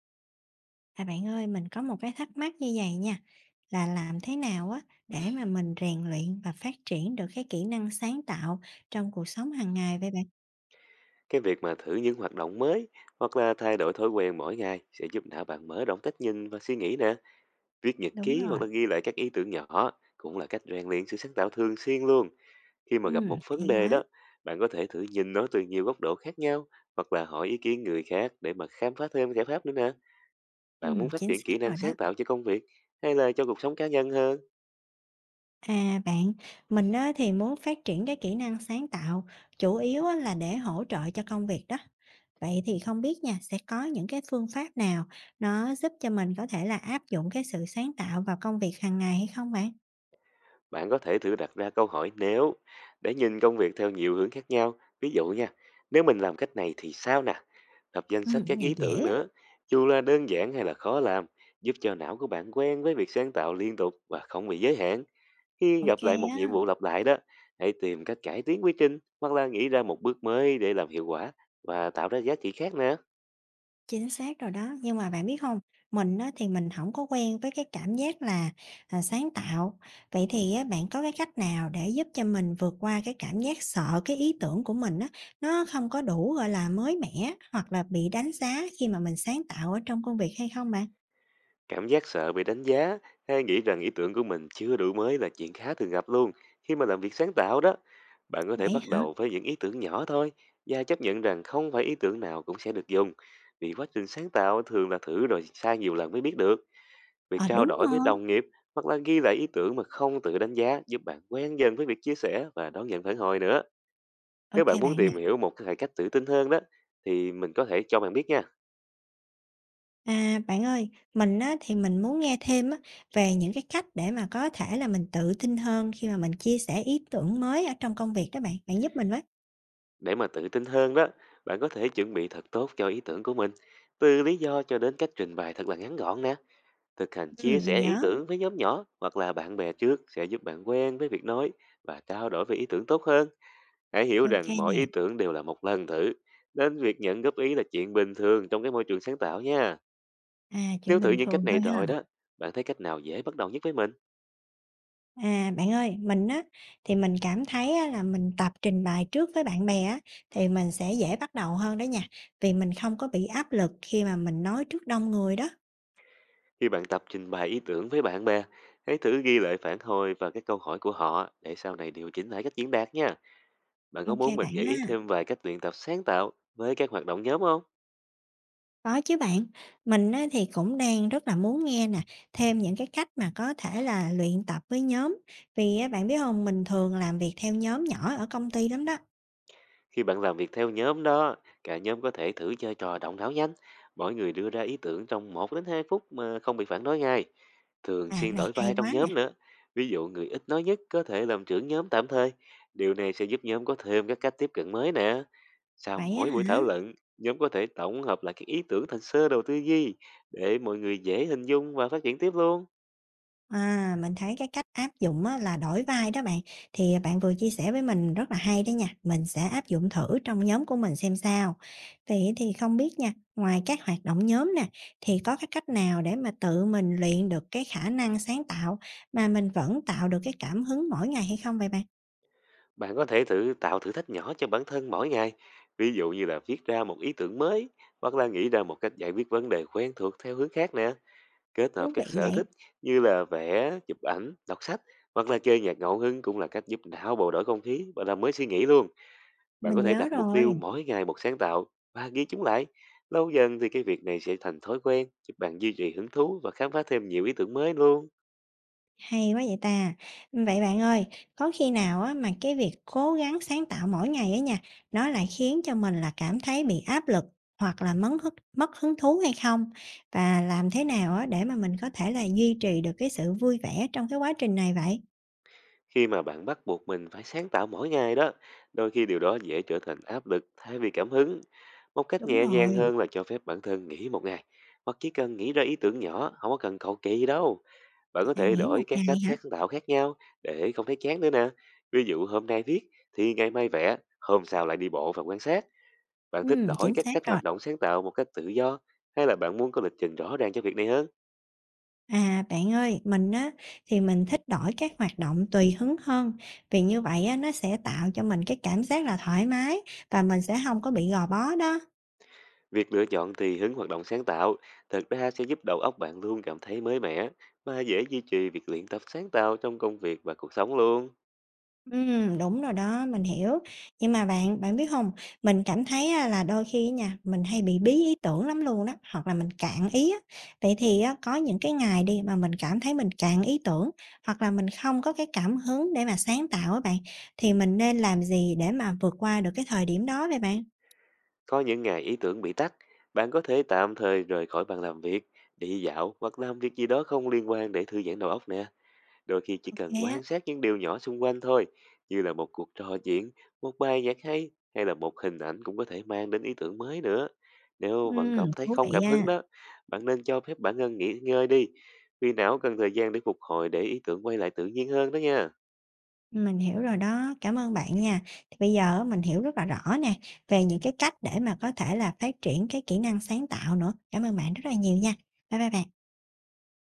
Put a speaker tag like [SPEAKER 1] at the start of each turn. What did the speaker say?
[SPEAKER 1] À bạn ơi, mình có một cái thắc mắc như vậy nha, là làm thế nào á để mà mình rèn luyện và phát triển được cái kỹ năng sáng tạo trong cuộc sống hàng ngày vậy bạn?
[SPEAKER 2] Cái việc mà thử những hoạt động mới hoặc là thay đổi thói quen mỗi ngày sẽ giúp não bạn mở rộng cách nhìn và suy nghĩ nè. Viết nhật
[SPEAKER 1] Đúng
[SPEAKER 2] ký hoặc
[SPEAKER 1] rồi.
[SPEAKER 2] là ghi lại các ý tưởng nhỏ cũng là cách rèn luyện sự sáng tạo thường xuyên luôn. Khi mà gặp một
[SPEAKER 1] Hay
[SPEAKER 2] vấn đề
[SPEAKER 1] quá.
[SPEAKER 2] đó, bạn có thể thử nhìn nó từ nhiều góc độ khác nhau hoặc là hỏi ý kiến người khác để mà khám phá thêm giải pháp nữa nè. Bạn muốn phát
[SPEAKER 1] Chính
[SPEAKER 2] triển
[SPEAKER 1] xác
[SPEAKER 2] kỹ năng
[SPEAKER 1] rồi đó.
[SPEAKER 2] sáng tạo cho công việc hay là cho cuộc sống cá nhân hơn?
[SPEAKER 1] À bạn, mình á thì muốn phát triển cái kỹ năng sáng tạo, chủ yếu á là để hỗ trợ cho công việc đó. Vậy thì không biết nha, sẽ có những cái phương pháp nào nó giúp cho mình có thể là áp dụng cái sự sáng tạo vào công việc hàng ngày hay không bạn?
[SPEAKER 2] Bạn có thể thử đặt ra câu hỏi nếu để nhìn công việc theo nhiều hướng khác nhau. Ví dụ nha, nếu mình làm cách này thì sao nè? Lập danh sách các
[SPEAKER 1] Cái này
[SPEAKER 2] ý
[SPEAKER 1] dễ
[SPEAKER 2] tưởng
[SPEAKER 1] á.
[SPEAKER 2] nữa, dù là đơn giản hay là khó làm, giúp cho não của bạn quen với việc sáng tạo liên tục và không bị giới hạn. Khi
[SPEAKER 1] Ô
[SPEAKER 2] gặp lại một nhiệm
[SPEAKER 1] á.
[SPEAKER 2] vụ lặp lại đó, hãy tìm cách cải tiến quy trình hoặc là nghĩ ra một bước mới để làm hiệu quả và tạo ra giá trị khác nè.
[SPEAKER 1] Chính xác rồi đó, nhưng mà bạn biết không, mình á thì mình không có quen với cái cảm giác là, à, sáng tạo. Vậy thì á, bạn có cái cách nào để giúp cho mình vượt qua cái cảm giác sợ cái ý tưởng của mình á, nó không có đủ, gọi là, mới mẻ hoặc là bị đánh giá khi mà mình sáng tạo ở trong công việc hay không bạn?
[SPEAKER 2] Cảm giác sợ bị đánh giá hay nghĩ rằng ý tưởng của mình chưa đủ mới là chuyện khá thường gặp luôn khi mà làm việc sáng tạo đó. Bạn có thể
[SPEAKER 1] Vậy
[SPEAKER 2] bắt
[SPEAKER 1] hả?
[SPEAKER 2] đầu với những ý tưởng nhỏ thôi và chấp nhận rằng không phải ý tưởng nào cũng sẽ được dùng. Vì quá trình sáng tạo thường là thử rồi sai nhiều lần mới biết được. Việc
[SPEAKER 1] Ờ,
[SPEAKER 2] trao
[SPEAKER 1] đúng
[SPEAKER 2] đổi với
[SPEAKER 1] rồi,
[SPEAKER 2] đồng nghiệp hoặc là ghi lại ý tưởng mà không tự đánh giá giúp bạn quen dần với việc chia sẻ và đón nhận phản hồi nữa. Nếu bạn
[SPEAKER 1] ok
[SPEAKER 2] muốn
[SPEAKER 1] bạn nè.
[SPEAKER 2] tìm hiểu một cái cách tự tin hơn đó thì mình có thể cho bạn biết nha.
[SPEAKER 1] À, bạn ơi, mình á thì mình muốn nghe thêm á về những cái cách để mà có thể là mình tự tin hơn khi mà mình chia sẻ ý tưởng mới ở trong công việc đó bạn, bạn giúp mình với.
[SPEAKER 2] Để mà tự tin hơn đó, bạn có thể chuẩn bị thật tốt cho ý tưởng của mình, từ lý do cho đến cách trình bày thật là ngắn gọn nè. Thực hành chia
[SPEAKER 1] Mình
[SPEAKER 2] sẻ ý
[SPEAKER 1] nhớ.
[SPEAKER 2] tưởng với nhóm nhỏ hoặc là bạn bè trước sẽ giúp bạn quen với việc nói và trao đổi về ý tưởng tốt hơn. Hãy hiểu
[SPEAKER 1] Ô kê
[SPEAKER 2] rằng mỗi
[SPEAKER 1] nè.
[SPEAKER 2] ý tưởng đều là một lần thử, nên việc nhận góp ý là chuyện bình thường trong cái môi trường sáng tạo nha.
[SPEAKER 1] À, chuyện
[SPEAKER 2] Nếu thử
[SPEAKER 1] bình
[SPEAKER 2] những cách
[SPEAKER 1] thường thôi
[SPEAKER 2] này rồi
[SPEAKER 1] ha.
[SPEAKER 2] đó, bạn thấy cách nào dễ bắt đầu nhất với mình?
[SPEAKER 1] À, bạn ơi, mình á, thì mình cảm thấy á là mình tập trình bày trước với bạn bè á, thì mình sẽ dễ bắt đầu hơn đó nha, vì mình không có bị áp lực khi mà mình nói trước đông người đó.
[SPEAKER 2] Khi bạn tập trình bày ý tưởng với bạn bè, hãy thử ghi lại phản hồi và các câu hỏi của họ để sau này điều chỉnh lại cách diễn đạt nha. Bạn có
[SPEAKER 1] Ô
[SPEAKER 2] muốn
[SPEAKER 1] kê
[SPEAKER 2] mình
[SPEAKER 1] bạn
[SPEAKER 2] gợi
[SPEAKER 1] ha.
[SPEAKER 2] ý thêm vài cách luyện tập sáng tạo với các hoạt động nhóm không?
[SPEAKER 1] Có chứ bạn, mình á thì cũng đang rất là muốn nghe nè, thêm những cái cách mà có thể là luyện tập với nhóm, vì á bạn biết hông, mình thường làm việc theo nhóm nhỏ ở công ty lắm đó.
[SPEAKER 2] Khi bạn làm việc theo nhóm đó, cả nhóm có thể thử chơi trò động não nhanh. Mỗi người đưa ra ý tưởng trong một đến 2 phút mà không bị phản đối ngay. Thường
[SPEAKER 1] À,
[SPEAKER 2] xuyên
[SPEAKER 1] này
[SPEAKER 2] đổi
[SPEAKER 1] hay
[SPEAKER 2] vai trong
[SPEAKER 1] quá nè.
[SPEAKER 2] nhóm nữa. Ví dụ người ít nói nhất có thể làm trưởng nhóm tạm thời. Điều này sẽ giúp nhóm có thêm các cách tiếp cận mới nè. Sau
[SPEAKER 1] Vậy á
[SPEAKER 2] mỗi buổi
[SPEAKER 1] hả?
[SPEAKER 2] thảo luận, nhóm có thể tổng hợp lại các ý tưởng thành sơ đồ tư duy để mọi người dễ hình dung và phát triển tiếp luôn.
[SPEAKER 1] À, mình thấy cái cách áp dụng á, là đổi vai đó bạn, thì à, bạn vừa chia sẻ với mình rất là hay đó nha, mình sẽ áp dụng thử trong nhóm của mình xem sao. Vậy thì không biết nha, ngoài các hoạt động nhóm nè, thì có cái cách nào để mà tự mình luyện được cái khả năng sáng tạo mà mình vẫn tạo được cái cảm hứng mỗi ngày hay không vậy bạn?
[SPEAKER 2] Bạn có thể thử tạo thử thách nhỏ cho bản thân mỗi ngày, ví dụ như là viết ra một ý tưởng mới hoặc là nghĩ ra một cách giải quyết vấn đề quen thuộc theo hướng khác nè, kết hợp
[SPEAKER 1] Thú
[SPEAKER 2] các
[SPEAKER 1] vị
[SPEAKER 2] sở
[SPEAKER 1] vậy.
[SPEAKER 2] thích như là vẽ, chụp ảnh, đọc sách hoặc là chơi nhạc ngẫu hứng cũng là cách giúp não bộ đổi không khí và làm mới suy nghĩ luôn. Bạn có
[SPEAKER 1] Mình
[SPEAKER 2] Thể
[SPEAKER 1] nhớ
[SPEAKER 2] đặt mục tiêu
[SPEAKER 1] rồi.
[SPEAKER 2] mỗi ngày một sáng tạo và ghi chúng lại. Lâu dần thì cái việc này sẽ thành thói quen, giúp bạn duy trì hứng thú và khám phá thêm nhiều ý tưởng mới luôn.
[SPEAKER 1] Hay quá vậy ta! Vậy bạn ơi, có khi nào á mà cái việc cố gắng sáng tạo mỗi ngày á nha, nó lại khiến cho mình là cảm thấy bị áp lực hoặc là mất hứng thú hay không? Và làm thế nào á để mà mình có thể là duy trì được cái sự vui vẻ trong cái quá trình này vậy?
[SPEAKER 2] Khi mà bạn bắt buộc mình phải sáng tạo mỗi ngày đó, đôi khi điều đó dễ trở thành áp lực thay vì cảm hứng. Một cách
[SPEAKER 1] Đúng
[SPEAKER 2] nhẹ nhàng
[SPEAKER 1] rồi.
[SPEAKER 2] hơn là cho phép bản thân nghỉ một ngày, hoặc chỉ cần nghĩ ra ý tưởng nhỏ không có cần cầu kỳ gì đâu. Bạn có
[SPEAKER 1] À,
[SPEAKER 2] thể
[SPEAKER 1] nghỉ một
[SPEAKER 2] đổi các
[SPEAKER 1] ngày
[SPEAKER 2] cách
[SPEAKER 1] hả?
[SPEAKER 2] sáng tạo khác nhau để không thấy chán nữa nè, ví dụ hôm nay viết thì ngày mai vẽ, hôm sau lại đi bộ và quan sát. Bạn thích đổi
[SPEAKER 1] Chính
[SPEAKER 2] các
[SPEAKER 1] xác
[SPEAKER 2] cách
[SPEAKER 1] rồi.
[SPEAKER 2] hoạt động sáng tạo một cách tự do, hay là bạn muốn có lịch trình rõ ràng cho việc này hơn?
[SPEAKER 1] À, bạn ơi, mình á thì mình thích đổi các hoạt động tùy hứng hơn, vì như vậy á nó sẽ tạo cho mình cái cảm giác là thoải mái và mình sẽ không có bị gò bó đó.
[SPEAKER 2] Việc lựa chọn tùy hứng hoạt động sáng tạo thực ra sẽ giúp đầu óc bạn luôn cảm thấy mới mẻ và dễ duy trì việc luyện tập sáng tạo trong công việc và cuộc sống luôn.
[SPEAKER 1] Đúng rồi đó, mình hiểu. Nhưng mà bạn, bạn biết hông, mình cảm thấy á là đôi khi á nha, mình hay bị bí ý tưởng lắm luôn đó, hoặc là mình cạn ý á. Vậy thì á, có những cái ngày đi mà mình cảm thấy mình cạn ý tưởng, hoặc là mình không có cái cảm hứng để mà sáng tạo á bạn, thì mình nên làm gì để mà vượt qua được cái thời điểm đó vậy bạn?
[SPEAKER 2] Có những ngày ý tưởng bị tắc, bạn có thể tạm thời rời khỏi bàn làm việc, đi dạo hoặc làm việc gì đó không liên quan để thư giãn đầu óc nè. Đôi khi chỉ
[SPEAKER 1] Ô kê
[SPEAKER 2] cần
[SPEAKER 1] á.
[SPEAKER 2] quan sát những điều nhỏ xung quanh thôi, như là một cuộc trò chuyện, một bài nhạc hay hay là một hình ảnh cũng có thể mang đến ý tưởng mới nữa. Nếu vẫn cảm thấy
[SPEAKER 1] Thú
[SPEAKER 2] không
[SPEAKER 1] vị
[SPEAKER 2] cảm hứng
[SPEAKER 1] á.
[SPEAKER 2] đó, bạn nên cho phép bản thân nghỉ ngơi đi, vì não cần thời gian để phục hồi để ý tưởng quay lại tự nhiên hơn đó nha.
[SPEAKER 1] Mình hiểu rồi đó, cảm ơn bạn nha. Thì bây giờ á, mình hiểu rất là rõ nè, về những cái cách để mà có thể là phát triển cái kỹ năng sáng tạo nữa. Cảm ơn bạn rất là nhiều nha. Bye bye bạn.